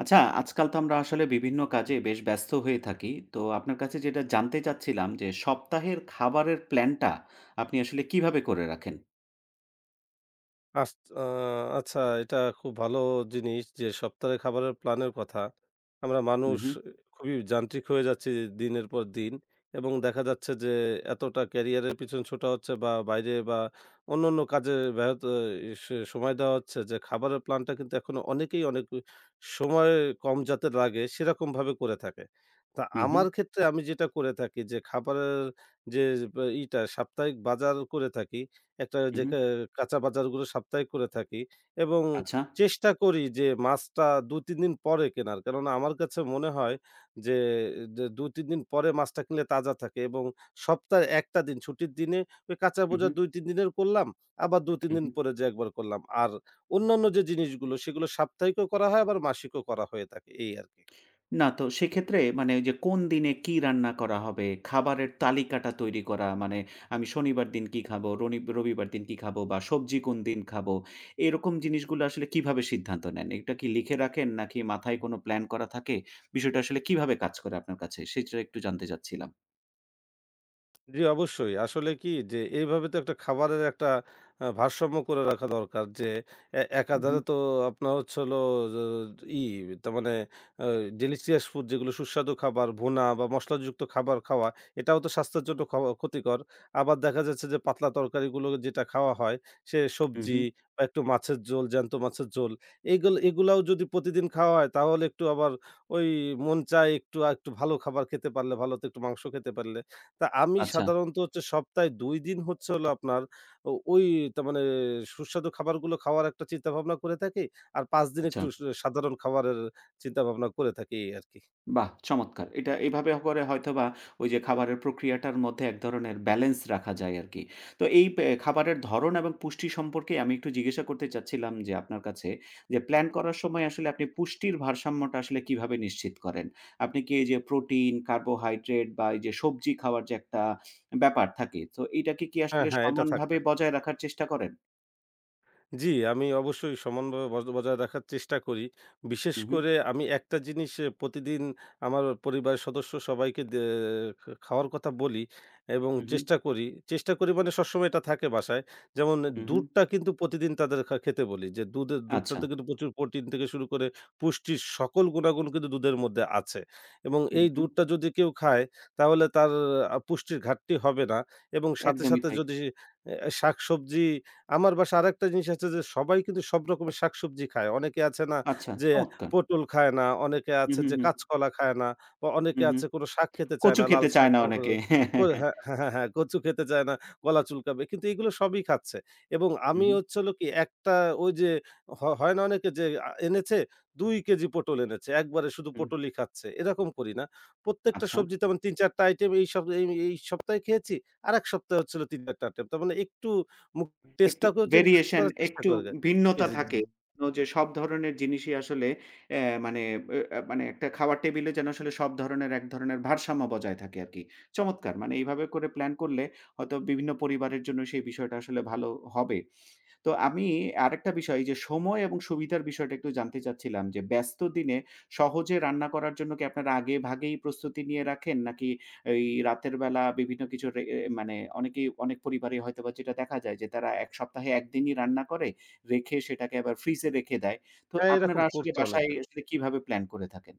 আচ্ছা, আজকাল তো আমরা আসলে বিভিন্ন কাজে বেশ ব্যস্ত হয়ে থাকি। তো আপনার কাছে যেটা জানতে চাচ্ছিলাম যে সপ্তাহের খাবারের প্ল্যানটা আপনি আসলে কিভাবে করে রাখেন? আস আ আচ্ছা এটা খুব ভালো জিনিস যে সপ্তাহের খাবারের প্ল্যানের কথা। আমরা হু, মানুষ হু, খুবই যান্ত্রিক হয়ে যাচ্ছি দিনের পর দিন, এবং দেখা যাচ্ছে যে এতটা ক্যারিয়ারের পিছনে ছোটা হচ্ছে বা বাইরে বা অন্যান্য কাজে ব্যাহত সে সময় দেওয়া হচ্ছে যে খাবারের প্ল্যানটা, কিন্তু এখনো অনেকেই অনেক সময় কম যাতে লাগে সেরকমভাবে করে থাকে। তা হু, হু, আমার ক্ষেত্রে আমি যেটা করে থাকি যে খাবারের যে ব ইটা সাপ্তাহিক বাজার করে থাকি। একটা হু, যে হু। কাঁচা বাজারগুলো সাপ্তাহিক করে থাকি এবং আচ্ছা। চেষ্টা করি যে মাছটা ২-৩ দিন পরে কেনার। কেননা আমার কাছে মনে হয় যে, যে ২-৩ দিন পরে মাছটা কিনলে তাজা থাকে এবং সপ্তাহে ১ টা দিন ছুটির দিনে ওই কাঁচা হু, বোঝা হু, ২-৩ দিনের করলাম, আবার ২-৩ হু, দিন হু। পরে যেয়ে একবার করলাম। আর অন্যান্য যে জিনিসগুলো সেগুলো সাপ্তাহিকও করা হয় আবার মাসিকও করা হয়ে থাকে এই আরকি। না তো সেক্ষেত্রে মানে ওই যে কোন দিনে কি রান্না করা হবে, খাবারের তালিকাটা তৈরি করা মানে আমি শনিবার দিন কি খাবো, রনি রবিবার দিন কি খাবো বা সবজি কোন দিন খাবো। এরকম জিনিসগুলো আসলে কিভাবে সিদ্ধান্ত নেন? এটা কি লিখে রাখেন নাকি মাথায় কোনো প্ল্যান করা থাকে? বিষয়টা আসলে কিভাবে কাজ করে আপনার কাছে? সেটা একটু জানতে চাচ্ছিলাম। জি, অবশ্যই। আসলে কি যে এইভাবে তো একটা খাবারের একটা ভারসাম্য করে রাখা দরকার যে হু, হু। একাধারে তো আপনার হচ্ছে হলো য ই তার মানে আ delicious food যেগুলো সুস্বাদু খাবার, ভুনা বা মসলাযুক্ত খাবার খাওয়া এটাও তো স্বাস্থ্যের জন্য খাওয়া ক্ষতিকর। আবার দেখা যাচ্ছে যে পাতলা তরকারিগুলো যেটা খাওয়া হয় সে হু, সবজি হু। বা একটু মাছের ঝোল, জ্যান্ত মাছের ঝোল, এগুলাও যদি প্রতিদিন খাওয়া হয় তাহলে একটু আবার ওই মন চায় একটু আরেকটু ভালো খাবার খেতে পারলে ভালো, তো একটু মাংস খেতে পারলে। তা আমি আচ্ছা, সাধারণত হচ্ছে সপ্তাহে ২ দিন হচ্ছে হলো আপনার ওই তার মানে সুস্বাদু খাবারগুলো খাওয়ার একটা চিন্তাভাবনা করে থাকি। আর ৫ দিন আচ্ছা। একটু সাধারণ খাবারের চিন্তাভাবনা করে থাকি এই আরকি। বাহ! চমৎকার। এটা এভাবে করে হয়তোবা ওই যে খাবারের প্রক্রিয়াটার মধ্যে এক ধরনের ব্যালেন্স রাখা যায় আরকি। তো এই খাবারের ধরন এবং পুষ্টি সম্পর্কে আমি একটু জিজ্ঞাসা করতে চাচ্ছিলাম যে আপনার কাছে যে প্ল্যান করার সময় আসলে আপনি পুষ্টির ভারসাম্যটা আসলে কিভাবে নিশ্চিত করেন? আপনি কি এই যে প্রোটিন, কার্বোহাইড্রেট বা এই যে সবজি খাওয়ার যে একটা ব্যাপার থাকে, তো এটাকে কি হ্যাঁ, আসলে হ্যাঁ, এটা থাকে। সমানভাবে বজায় রাখার চেষ্টা করেন? জি, আমি অবশ্যই সমানভাবে বজায় রাখার চেষ্টা করি। বিশেষ হু, হু, করে আমি একটা জিনিস প্রতিদিন আমার পরিবারের সদস্য সবাইকে দে খা খাওয়ার কথা বলি এবং হু, হু, চেষ্টা করি। চেষ্টা করি মানে সবসময় এটা থাকে বাসায়। যেমন হু, হু। দুধটা কিন্তু প্রতিদিন তাদের খেতে বলি যে দুধের আচ্ছা। দুধটাতে কিন্তু প্রচুর প্রোটিন থেকে শুরু করে পুষ্টির সকল গুণাগুণ কিন্তু দুধের মধ্যে আছে। এবং হু, এই হু। দুধটা যদি কেউ খায় তাহলে তার পুষ্টির ঘাটতি হবে না, এবং সাথে, একদমই সাথে তাই। যদি শাকসবজি। আমার বাসায় আরেকটা জিনিস আছে যে সবাই কিন্তু সব রকমের শাকসবজি খায়। অনেকে আছে না আচ্ছা, যে চমৎকার। পটল খায় না, অনেকে হু, আছে হু, যে হু, কাঁচকলা খায় না, বা হু, অনেকে হু। আছে কোনো শাক খেতে চায় কচু না। লাল খেতে চায় শাক না ও ও অনেকে। হ্যাঁ, ও হ্যাঁ, হ্যাঁ। হ্যাঁ, হ্যাঁ, হ্যাঁ, হ্যাঁ, কচু খেতে চায় না, গলা চুলকাবে। কিন্তু এগুলো সবই খাচ্ছে। এবং আমি হুম, হচ্ছে হলো কি একটা ওই যে হয় না অনেকে যে এনেছে ২ কেজি পটল এনেছে। একবারে শুধু হুম। পটলই খাচ্ছে। এরকম করি না। প্রত্যেকটা আচ্ছা। সবজি তেমন ৩-৪ টা আইটেম এই সপ এই এই সপ্তাহে খেয়েছি। আরেক সপ্তাহে হচ্ছে হলো ৩-৪ টা আইটেম। তার মানে একটু মুখ একটু টেস্টটাকেও চেঞ্জ ভেরিয়েশন করার চেষ্টা একটু করে। জি, ভিন্নতা জি, জি। থাকে। অন্য যে সব ধরনের জিনিসই আসলে অ্যা মানে অ্যা অ্যা মানে একটা খাওয়ার টেবিলে যেন আসলে সব ধরনের এক ধরনের ভারসাম্য বজায় থাকে আরকি। চমৎকার! মানে এইভাবে করে প্ল্যান করলে হয়তো বিভিন্ন পরিবারের জন্য সেই বিষয়টা আসলে ভালো হবে। তো আমি আরেকটা বিষয় এই যে সময় এবং সুবিধার বিষয়টা একটু জানতে চাচ্ছিলাম যে, ব্যস্ত দিনে সহজে রান্না করার জন্য কি আপনারা আগে ভাগেই প্রস্তুতি নিয়ে রাখেন? নাকি এই রাতের বেলা বিভিন্ন কিছু রে এ মানে অনেকেই অনেক পরিবারে হয়তোবা যেটা দেখা যায় যে, তারা ১ সপ্তাহে ১ দিনই রান্না করে, রেখে সেটাকে আবার ফ্রিজে রেখে দেয়। তো হ্যাঁ, আপনারা এরকম আসলে করছে বাসায় অনেকে। আসলে কিভাবে প্ল্যান করে থাকেন?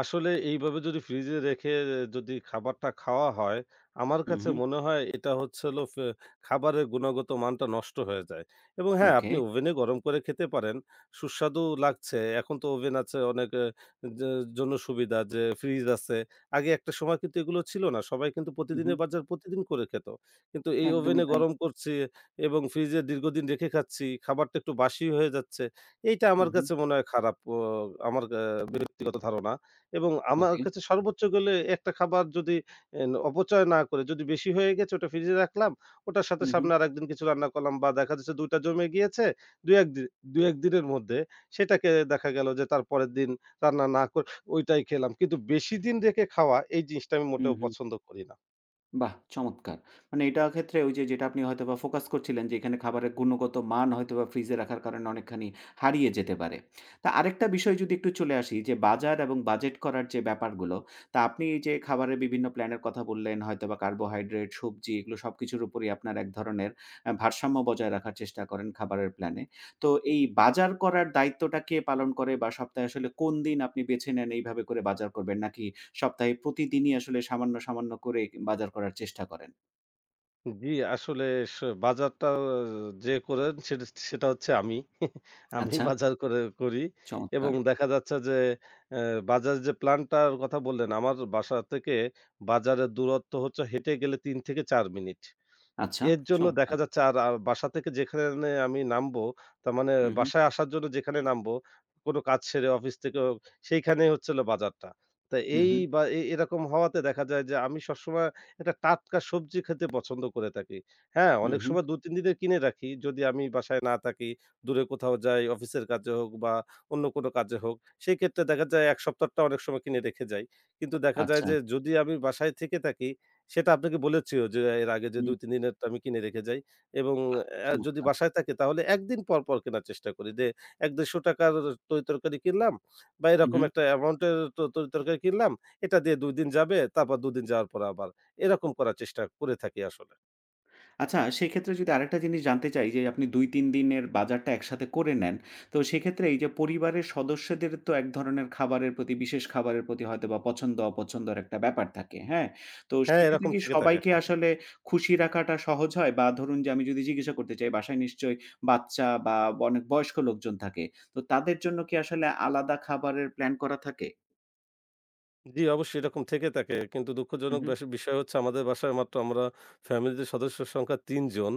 আসলে এইভাবে যদি ফ্রিজে রেখে যদি খাবারটা খাওয়া হয়, আমার হু, কাছে হু। মনে হয় এটা হচ্ছে হলো খাবারের গুণগত মানটা নষ্ট হয়ে যায়। এবং হ্যাঁ, ওকে। আপনি ওভেনে গরম করে খেতে পারেন। সুস্বাদু লাগছে। এখন তো ওভেন আছে, অনেক যে জন্য সুবিধা যে ফ্রিজ আছে। আগে একটা সময় কিন্তু এগুলো ছিল না। সবাই কিন্তু হু, হু। প্রতিদিনের বাজার প্রতিদিন করে খেত। কিন্তু এই একদমই ওভেনে তাই। গরম করছি এবং ফ্রিজে দীর্ঘদিন রেখে খাচ্ছি, খাবারটা একটু বাসি হয়ে যাচ্ছে। এইটা হু, আমার হু। কাছে মনে হয় খারাপ। আমার ব্যক্তিগত ধারণা। এবং আমার ওকে। কাছে সর্বোচ্চ গেলে একটা খাবার যদি অপচয় না করে, যদি বেশি হয়ে গেছে ওটা ফ্রিজে রাখলাম। ওটার সাথে হু, হু। সামনে আরেকদিন কিছু রান্না করলাম, বা দেখা যাচ্ছে ২ টা জমে গিয়েছে ২-১ দিন ২-১ দিনের মধ্যে, সেটাকে দেখা গেল যে তারপরের দিন রান্না না করে ওইটাই খেলাম। কিন্তু বেশি দিন রেখে খাওয়া এই জিনিসটা আমি হু, মোটেও হু। পছন্দ করি না। বাহ! চমৎকার। মানে এটা ক্ষেত্রে ওই যে যেটা আপনি হয়তোবা ফোকাস করছিলেন যে এখানে খাবারের গুণগত মান হয়তোবা ফ্রিজে রাখার কারণে অনেকখানি হারিয়ে যেতে পারে। তা আরেকটা বিষয় যদি একটু চলে আসি যে বাজার এবং বাজেট করার যে ব্যাপারগুলো, তা আপনি এই যে খাবারের বিভিন্ন প্ল্যানের কথা বললেন, হয়তোবা কার্বোহাইড্রেট, সবজি এগুলো সবকিছুর উপরেই আপনার এক ধরনের ভারসাম্য বজায় রাখার চেষ্টা করেন খাবারের প্ল্যানে। তো এই বাজার করার দায়িত্বটা কে পালন করে বা সপ্তাহে আসলে কোন দিন আপনি বেছে নেন এইভাবে করে বাজার করবেন? নাকি সপ্তাহে প্রতিদিনই আসলে সামান্য করে বাজার করার চেষ্টা করেন। জি, আসলে স বাজারটা যে করেন সেটা সেটা হচ্ছে আমি। আমি আচ্ছা, বাজার করি এবং চমৎকার। দেখা যাচ্ছে যে অ্যা বাজারের যে প্ল্যানটার কথা বললেন, আমার বাসা থেকে বাজারের দূরত্ব হচ্ছে হেঁটে গেলে ৩ থেকে ৪ মিনিট। আচ্ছা, এর জন্য চমৎকার। দেখা যাচ্ছে আর আর বাসা থেকে যেখানে আমি নামবো, তার মানে হু, হু, বাসায় আসার জন্য যেখানে নামবো, কোনো কাজ সেরে অফিস থেকে হোক, সেইখানেই হচ্ছে হলো বাজারটা। তো হু, এই হু, বা এ এরকম হওয়াতে দেখা যায় যে আমি সবসময় একটা টাটকা সবজি খেতে পছন্দ করে থাকি। হ্যাঁ, হু, অনেক হু। সময় ২-৩ দিনের কিনে রাখি। যদি আমি বাসায় না থাকি, দূরে কোথাও যাই, অফিসের কাজে হোক বা অন্য কোনো কাজে হোক, সেক্ষেত্রে দেখা যায় ১ সপ্তাহটা অনেক সময় কিনে রেখে যাই। কিন্তু দেখা যায় আচ্ছা, যে যদি আমি বাসায় থেকে থাকি, সেটা আপনাকে বলেছিও যে এর আগে যে হুম, ২-৩ দিনেরটা আমি কিনে রেখে যাই, এবং যদি চমৎকার। বাসায় থাকে তাহলে ১ দিন পর, পর কেনার চেষ্টা করি। যে ৳১-১৫০ তরি-তরকারি কিনলাম বা হু, এরকম হু। একটা অ্যামাউন্টের তরি-তরকারি কিনলাম। এটা দিয়ে ২ দিন যাবে, তারপর ২ দিন যাওয়ার পর আবার। এরকম করার চেষ্টা করে থাকি আসলে। আচ্ছা, সেক্ষেত্রে যদি আরেকটা জিনিস জানতে চাই যে আপনি ২-৩ দিনের বাজারটা একসাথে করে নেন। তো সেক্ষেত্রে এই যে পরিবারের সদস্যদের তো এক ধরনের খাবারের প্রতি, বিশেষ খাবারের প্রতি হয়তোবা পছন্দ-অপছন্দের একটা ব্যাপার থাকে, হ্যাঁ? তো হ্যাঁ, সেক্ষেত্রে এরকম কি থেকে থাকে। সবাইকে আসলে খুশি রাখাটা সহজ হয়? বা ধরুন যে আমি যদি জিজ্ঞাসা করতে চাই বাসায় নিশ্চয়ই বাচ্চা বা অনেক বয়স্ক লোকজন থাকে। তো তাদের জন্য কি আসলে আলাদা খাবারের প্ল্যান করা থাকে? জি, অবশ্যই এরকম থেকে থাকে। কিন্তু হু, দুঃখজনক হু। বেশ বিষয় হচ্ছে আমাদের বাসায় মাত্র আমরা ফ্যামিলিতে সদস্যর সংখ্যা ৩ জন।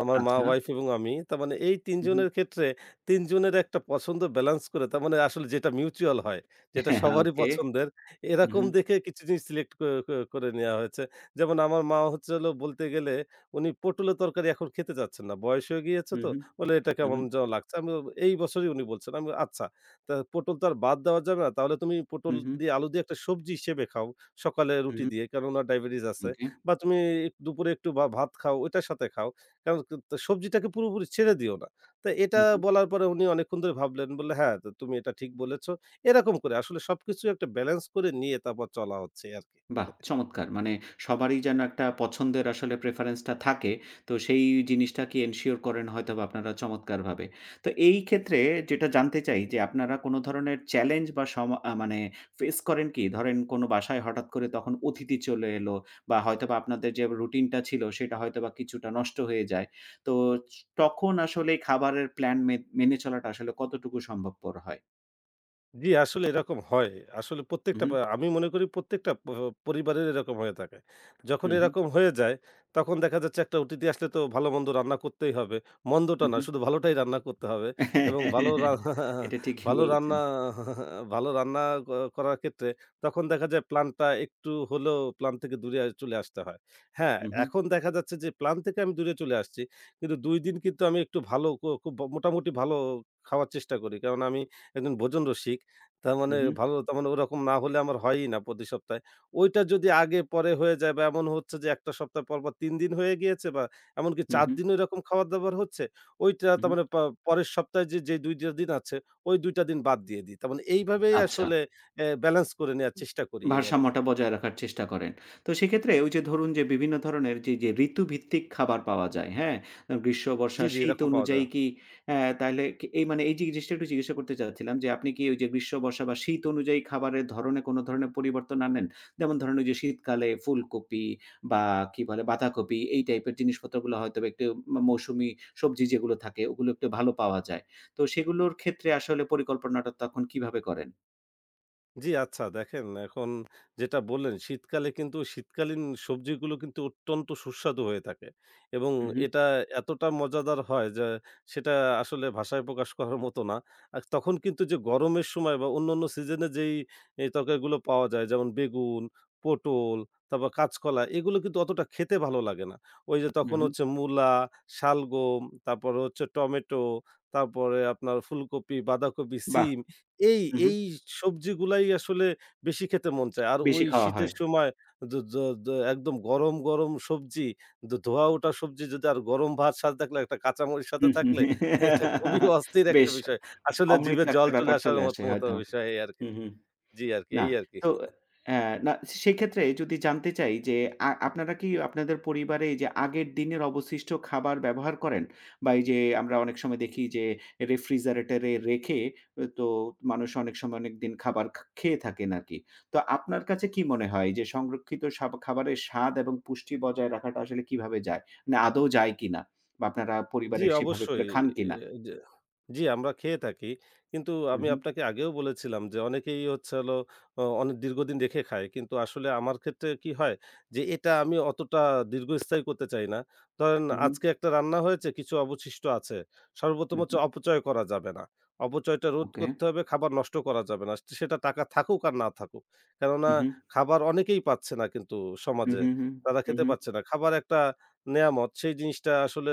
আমার মা, আচ্ছা। ওয়াইফ এবং আমি। তার মানে এই ৩ হু, হু। জনের ক্ষেত্রে ৩ জনের একটা পছন্দ ব্যালেন্স করে, তার মানে আসলে যেটা মিউচুয়াল হয়, যেটা সবারই ওকে। পছন্দের, হু, এরকম হু। দেখে কিছু জিনিস সিলেক্ট ক ক করে নেয়া হয়েছে। যেমন আমার মা হচ্ছে হলো বলতে গেলে উনি পটলের তরকারি এখন খেতে চাচ্ছেন না। বয়স হয়ে গিয়েছে হু, তো হু। বলে এটা হু, কেমন হু। যেন লাগছে। আমি বললাম, এই বছরই উনি বলছেন। আমি বললাম, আচ্ছা, তা পটল তো আর বাদ দেওয়া যাবে না। তাহলে তুমি হু, পটল হু। দিয়ে আলু দিয়ে একটা সবজি হিসেবে খাও সকালে হু, রুটি হু। দিয়ে। কেননা ডায়াবেটিস আছে। ওকে। বা তুমি দুপুরে একটু ভাত খাও, ওইটার সাথে খাও। কারণ ক ত সবজিটাকে পুরোপুরি ছেড়ে দিও না। তো এটা হু, হু। বলার পরে উনি অনেকক্ষণ ধরে ভাবলেন। বললে, "হ্যাঁ, তো তুমি এটা ঠিক বলেছ।" এরকম করে আসলে সবকিছু একটা ব্যালেন্স করে নিয়ে তারপর চলা হচ্ছে আরকি। বাহ! চমৎকার। মানে সবারই যেন একটা পছন্দের আসলে প্রেফারেন্স টা থাকে। তো সেই জিনিসটাকে এনশিওর করেন হয়তোবা আপনারা চমৎকারভাবে। তো এই ক্ষেত্রে যেটা জানতে চাই যে আপনারা কোনো ধরনের চ্যালেঞ্জ বা সমা আ মানে ফেস করেন কি? ধরেন কোনো বাসায় হঠাৎ করে তখন অতিথি চলে এলো বা হয়তোবা আপনাদের যে রুটিনটা ছিল সেটা হয়তোবা কিছুটা নষ্ট হয়ে যায়। তো চ তখন আসলে খাবারের প্ল্যান মেনে চলাটা আসলে কতটুকু সম্ভবপর হয়? জি, আসলে এরকম হয়। আসলে প্রত্যেকটা উহু, আমি মনে করি প্রত্যেকটা পরিবারের এরকম হয়ে থাকে। যখন উহু, এরকম হয়ে যায়, তখন দেখা যাচ্ছে একটা অতিথি আসলে তো ভালো-মন্দ রান্না করতেই হবে। মন্দটা না, উহু। শুধু ভালোটাই রান্না করতে হবে, এবং ভালো রা এটা ঠিকই ভালো বলেছেন। রান্না ভালো রান্না ক করার ক্ষেত্রে তখন দেখা যায় প্ল্যানটা একটু হলেও প্ল্যান থেকে দূরে চলে আসতে হয়। হ্যাঁ, হু, হু, এখন দেখা যাচ্ছে যে প্ল্যান থেকে আমি দূরে চলে আসছি। কিন্তু ২ দিন কিন্তু আমি একটু ভালো খুব মোটামুটি ভালো খাওয়ার চেষ্টা করি। কারণ আমি একজন ভোজন রসিক। তার হু, মানে হু, ভালো, তার মানে ওরকম না হলে আমার হয়ই না প্রতি সপ্তাহে। ওইটা যদি আগে পরে হয়ে যায় বা এমন হচ্ছে যে ১ টা সপ্তাহ পর, পর ৩ দিন হয়ে গিয়েছে বা এমনকি হু, ৪ দিনও এরকম খাবার-দাবার হচ্ছে, ওইটা হু, তার হু, মানে পরের সপ্তাহে যে ২ টা দিন আছে, ওই ২ টা দিন বাদ দিয়ে দিই। তার মানে এইভাবেই আচ্ছা। আসলে ব্যালেন্স করে নেয়ার চেষ্টা করি এই আরকি। ভারসাম্যটা বজায় রাখার চেষ্টা করেন। তো সেক্ষেত্রে ওই যে ধরুন যে বিভিন্ন ধরনের যে ঋতুভিত্তিক খাবার পাওয়া যায়, হ্যাঁ? গ্রীষ্ম, জি, বর্ষা, জি, শীত এরকম পাওয়া যায়। অনুযায়ী কি তাহলে কি এই মানে এই জিনিসটা একটু জিজ্ঞাসা করতে চাচ্ছিলাম যে, আপনি কি ওই যে গ্রীষ্ম, বর্ষা বা শীত অনুযায়ী খাবারের ধরনে কোনো ধরনের পরিবর্তন আনেন? যেমন ধরেন ওই যে শীতকালে ফুলকপি বা কি বলে বাঁধাকপি এই টাইপের জিনিসপত্রগুলো হয়তোবা একটু মৌসুমি সবজি যেগুলো থাকে ওগুলো একটু ভালো পাওয়া যায়। তো সেগুলোর ক্ষেত্রে আসলে পরিকল্পনাটা তখন কিভাবে করেন? জি, আচ্ছা দেখেন, এখন যেটা বললেন শীতকালে কিন্তু শীতকালীন সবজিগুলো কিন্তু অত্যন্ত সুস্বাদু হয়ে থাকে এবং হু, হু, এটা এতটা মজাদার হয় যে সেটা আসলে ভাষায় প্রকাশ করার মতো না। আর তখন কিন্তু যে গরমের সময় বা অন্যান্য সিজনে যেই এই তরকারিগুলো পাওয়া যায় যেমন বেগুন, পটল, তারপর কাঁচকলা, এগুলো কিন্তু অতটা খেতে ভালো লাগে না। ওই যে হু, তখন হু। হচ্ছে মূলা, শালগম, তারপরে হচ্ছে টমেটো, তারপরে আপনার ফুলকপি, বাঁধাকপি, বাহ! সিম, এই, হুম, হুম। এই সবজিগুলাই আসলে বেশি খেতে মন চায়। আর বেশি ওই খাওয়া শীতের হয়। সময় দ দ দ একদম গরম, গরম সবজি, ধোয়া ওঠা সবজি যদি আর গরম ভাত সাথে থাকলে, একটা কাঁচামরিচ সাথে হুম, হুম। থাকলে, এটা খুবই অস্থির একটা বেশ বিষয়। আসলে অমৃত জিভে জল একটা চলে ব্যাপার আসার চলে মতো, আসে মতো হয়তো। বিষয় এই আরকি। হুম, হুম। জি আরকি, না। এই আরকি। তো অ্যা না সেক্ষেত্রে যদি জানতে চাই যে আপনারা কি আপনাদের পরিবারে এই যে আগের দিনের অবশিষ্ট খাবার ব্যবহার করেন? বা এই যে আমরা অনেক সময় দেখি যে রেফ্রিজারেটরে রেখে তো মানুষ অনেক সময় অনেকদিন খাবার খেয়ে থাকেন আরকি। তো আপনার কাছে কি মনে হয় যে সংরক্ষিত খাবারের স্বাদ এবং পুষ্টি বজায় রাখাটা আসলে কিভাবে যায়? না আদৌ যায় কিনা? বা আপনারা জি, পরিবারে সেভাবে অবশ্যই। করে খান এ কিনা? য জি, আমরা খেয়ে থাকি। কিন্তু হু, আমি হু, আপনাকে আগেও বলেছিলাম যে অনেকেই হচ্ছে হলো অনেক দীর্ঘদিন রেখে খায়। কিন্তু আসলে আমার ক্ষেত্রে কি হয় যে এটা আমি অতটা দীর্ঘস্থায়ী করতে চাই না। ধরেন হু, হু, আজকে একটা রান্না হয়েছে, কিছু অবশিষ্ট আছে। হু, সর্বপ্রথম হচ্ছে হু, অপচয় করা যাবে না। অপচয়টা রোধ ওকে। করতে হবে, খাবার নষ্ট করা যাবে না। সেটা টাকা থাকুক আর না থাকুক। কেননা হু, হু, খাবার অনেকেই পাচ্ছে না কিন্তু হু, সমাজে। হু, হু, তারা খেতে হু, পাচ্ছে না। খাবার একটা নেয়ামত। সেই জিনিসটা আসলে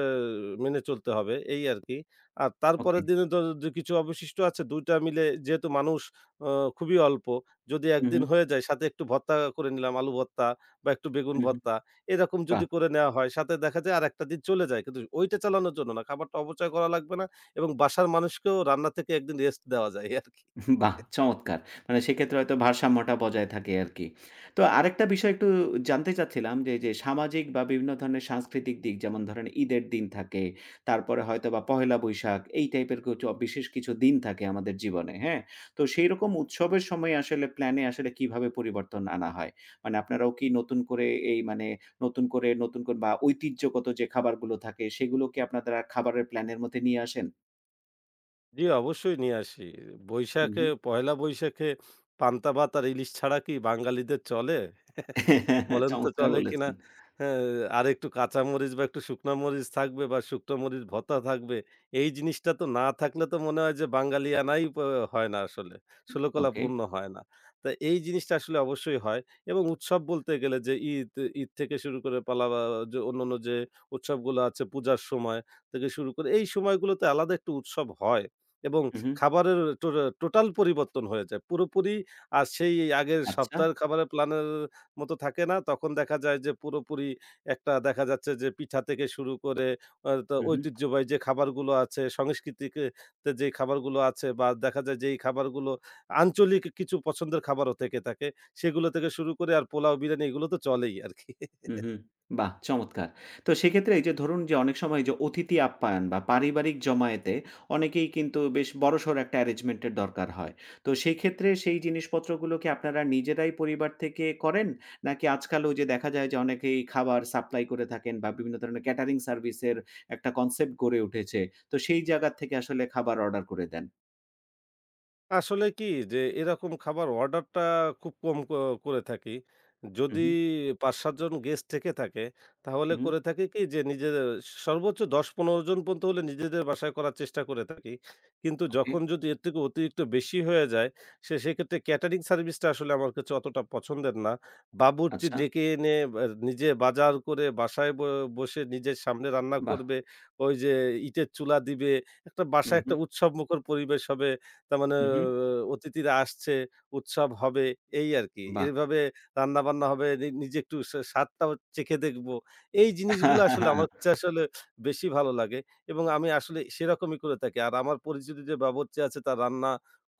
মেনে চলতে হবে এই আরকি। আর ওকে। তারপরের দিনে তো যে কিছু অবশিষ্ট আছে ২ টা মিলে যেহেতু মানুষ অ খুবই অল্প, যদি হু, হু। একদিন হয়ে যায় সাথে একটু ভর্তা করে নিলাম, আলু ভর্তা বা একটু বেগুন হুম, হুম। ভর্তা। এরকম বাহ! যদি করে নেওয়া হয় সাথে দেখা যায় আরেকটা দিন চলে যায়। কিন্তু ওইটা চালানোর জন্য না, খাবারটা অপচয় করা লাগবে না এবং বাসার মানুষকেও রান্না থেকে একদিন রেস্ট দেওয়া যায় আরকি। বাহ! চমৎকার। মানে সেক্ষেত্রে হয়তো ভারসাম্যটা বজায় থাকে আরকি। তো আরেকটা বিষয় একটু জানতে চাচ্ছিলাম যে, যে সামাজিক বা বিভিন্ন ধরনের সাংস্কৃতিক দিক যেমন ধরেন ঈদের দিন থাকে, তারপরে হয়তোবা পহেলা বৈশাখ এই টাইপের কিছু বিশেষ কিছু দিন থাকে আমাদের জীবনে, হ্যাঁ? তো সেইরকম উৎসবের সময় আসলে প্ল্যানে আসলে কিভাবে পরিবর্তন আনা হয়? মানে আপনারাও কি নতুন করে এই মানে নতুন করে বা ঐতিহ্যগত যে খাবারগুলো থাকে সেগুলো কি আপনারা খাবারের প্ল্যানের মধ্যে নিয়ে আসেন? জি, অবশ্যই নিয়ে আসি। হুম, বৈশাখে, হুম। পহেলা বৈশাখে পান্তা ভাত আর ইলিশ ছাড়া কি বাঙালিদের চলে? বলেন তো চমৎকার চলে কিনা? বলেছেন। হ্যাঁ, আর একটু কাঁচামরিচ বা একটু শুকনা মরিচ থাকবে বা শুকনো মরিচ ভর্তা থাকবে। এই জিনিসটা তো না থাকলে তো মনে হয় যে বাঙালিয়ানাই হয় না আসলে। ষোলকলা ওকে। পূর্ণ হয় না। তা এই জিনিসটা আসলে অবশ্যই হয়, এবং উৎসব বলতে গেলে যে ঈদ, ঈদ থেকে শুরু করে পালা বা যে অন্যান্য যে উৎসবগুলো আছে পূজার সময় থেকে শুরু করে, এই সময়গুলোতে আলাদা একটা উৎসব হয় এবং হু, হু। খাবারের টোটাল পরিবর্তন হয়ে যায়, পুরোপুরি। আর সেই আগের আচ্ছা। সপ্তাহের খাবারের প্ল্যানের মতো থাকে না। তখন দেখা যায় যে পুরোপুরি একটা দেখা যাচ্ছে যে পিঠা থেকে শুরু করে তো হু, হু। ঐতিহ্যবাহী যে খাবারগুলো আছে, সংস্কৃতিকে যেই খাবারগুলো আছে বা দেখা যায় যেই খাবারগুলো আঞ্চলিক কিছু পছন্দের খাবারও থেকে থাকে, সেগুলো থেকে শুরু করে আর পোলাও, বিরিয়ানি এগুলো তো চলেই আরকি। হু, হু। বাহ! চমৎকার। তো সেক্ষেত্রে এই যে ধরুন যে অনেক সময় যে অতিথি আপ্যায়ন বা পারিবারিক জমায়েতে অনেকেই কিন্তু বেশ বড়সড় একটা অ্যারেঞ্জমেন্ট এর দরকার হয়। তো সেই ক্ষেত্রে সেই জিনিসপত্রগুলো কি আপনারা নিজেরাই পরিবার থেকে করেন? নাকি আজকালও যে দেখা যায় যে অনেকেই খাবার সাপ্লাই করে থাকেন বা বিভিন্ন ধরনের ক্যাটারিং সার্ভিস এর একটা কনসেপ্ট গড়ে উঠেছে। তো সেই জায়গা থেকে আসলে খাবার অর্ডার করে দেন? আসলে কি যে এরকম খাবার অর্ডারটা খুব কম করে থাকি। হু, যদি হু। ৫-৭ জন গেস্ট থেকে থাকে তাহলে হু, হু। করে থাকি কি যে নিজেদের সর্বোচ্চ ১০-১৫ জন পর্যন্ত হলে নিজেদের বাসায় করার চেষ্টা করে থাকি। কিন্তু ওকে। যখন যদি এর থেকে অতিরিক্ত বেশি হয়ে যায় সেক্ষেত্রে ক্যাটারিং সার্ভিসটা আসলে আমার কাছে অতটা পছন্দের না। বাবুর্চি আচ্ছা। ডেকে এনে বা নিজে বাজার করে বাসায় বসে নিজের সামনে রান্না বাহ! করবে। ওই যে ইটের চুলা দিবে। একটা হু, বাসায় হু। একটা উৎসবমুখর পরিবেশ হবে। তার মানে হুম, হুম। অতিথিরা আসছে, উৎসব হবে এই আরকি। বাহ! এভাবে রান্নাবান্না হবে, নিজে একটু স্বাদটাও চেখে দেখব। এই জিনিসগুলো আসলে আমার কাছে আসলে বেশি ভালো লাগে এবং আমি আসলে সেরকমই করে থাকি। আর আমার পরিচিত যে বাবুর্চি আছে তার রান্না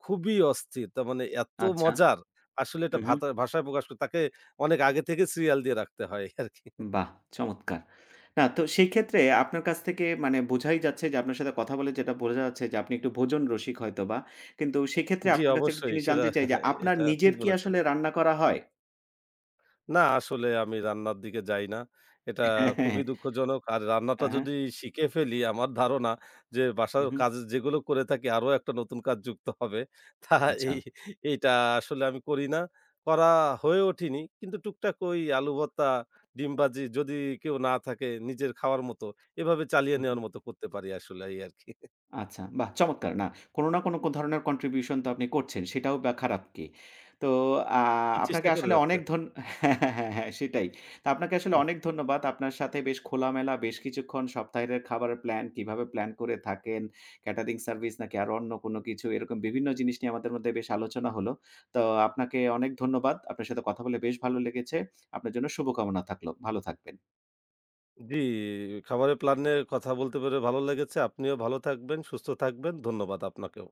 খুবই অস্থির। তার মানে এত আচ্ছা। মজার, আসলে এটা হুম, হুম। ভাষায় প্রকাশ করে তাকে অনেক আগে থেকে সিরিয়াল দিয়ে রাখতে হয় আরকি। বাহ! চমৎকার। না তো সেই ক্ষেত্রে আপনার কাছ থেকে মানে বোঝাই যাচ্ছে যে আপনার সাথে কথা বলে যেটা বোঝা যাচ্ছে যে আপনি একটু ভোজন রসিক হয়তোবা। কিন্তু সেক্ষেত্রে জি, আপনার কাছে একটা অবশ্যই জিনিস সেটা, জানতে চাই যে আপনার এটা ঠিক নিজের কি বলেছেন। আসলে রান্না করা হয়? না, আসলে আমি রান্নার দিকে যাই না। এটা হ্যাঁ, হ্যাঁ। খুবই দুঃখজনক। আর রান্নাটা হ্যাঁ, হ্যাঁ। যদি শিখে ফেলি আমার ধারণা যে বাসার হুম, হুম। কাজ যেগুলো করে থাকি আরো একটা নতুন কাজ যুক্ত হবে। তা আচ্ছা। এই এইটা আসলে আমি করি না। করা হয়ে ওঠেনি। কিন্তু টুকটাক ওই আলু ভর্তা, ডিম ভাজি যদি কেউ না থাকে নিজের খাওয়ার মতো, এভাবে চালিয়ে হুম, হুম। নেওয়ার মতো করতে পারি আসলে এই আরকি। আচ্ছা, বাহ! চমৎকার। না, কোনো না কোনো ধরনের কন্ট্রিবিউশন তো আপনি করছেন, সেটাও বা খারাপ কি? তো আ চেষ্টা আপনাকে করে আসলে যাচ্ছে। অনেক ধন হ্যাঁ, হ্যাঁ, হ্যাঁ, হ্যাঁ, সেটাই। তো আপনাকে আসলে হুম, অনেক ধন্যবাদ। আপনার সাথে বেশ খোলামেলা বেশ কিছুক্ষণ সপ্তাহের খাবারের প্ল্যান, কিভাবে প্ল্যান করে থাকেন, ক্যাটারিং সার্ভিস নাকি আরো অন্য কোনো কিছু, এরকম বিভিন্ন জিনিস নিয়ে আমাদের মধ্যে বেশ আলোচনা হলো। তো আপনাকে অনেক ধন্যবাদ। আপনার সাথে কথা বলে বেশ ভালো লেগেছে। আপনার জন্য শুভকামনা থাকলো। ভালো থাকবেন। জি, খাবারের প্ল্যান নিয়ে কথা বলতে পেরে ভালো লেগেছে। আপনিও ভালো থাকবেন, সুস্থ থাকবেন। ধন্যবাদ আপনাকেও।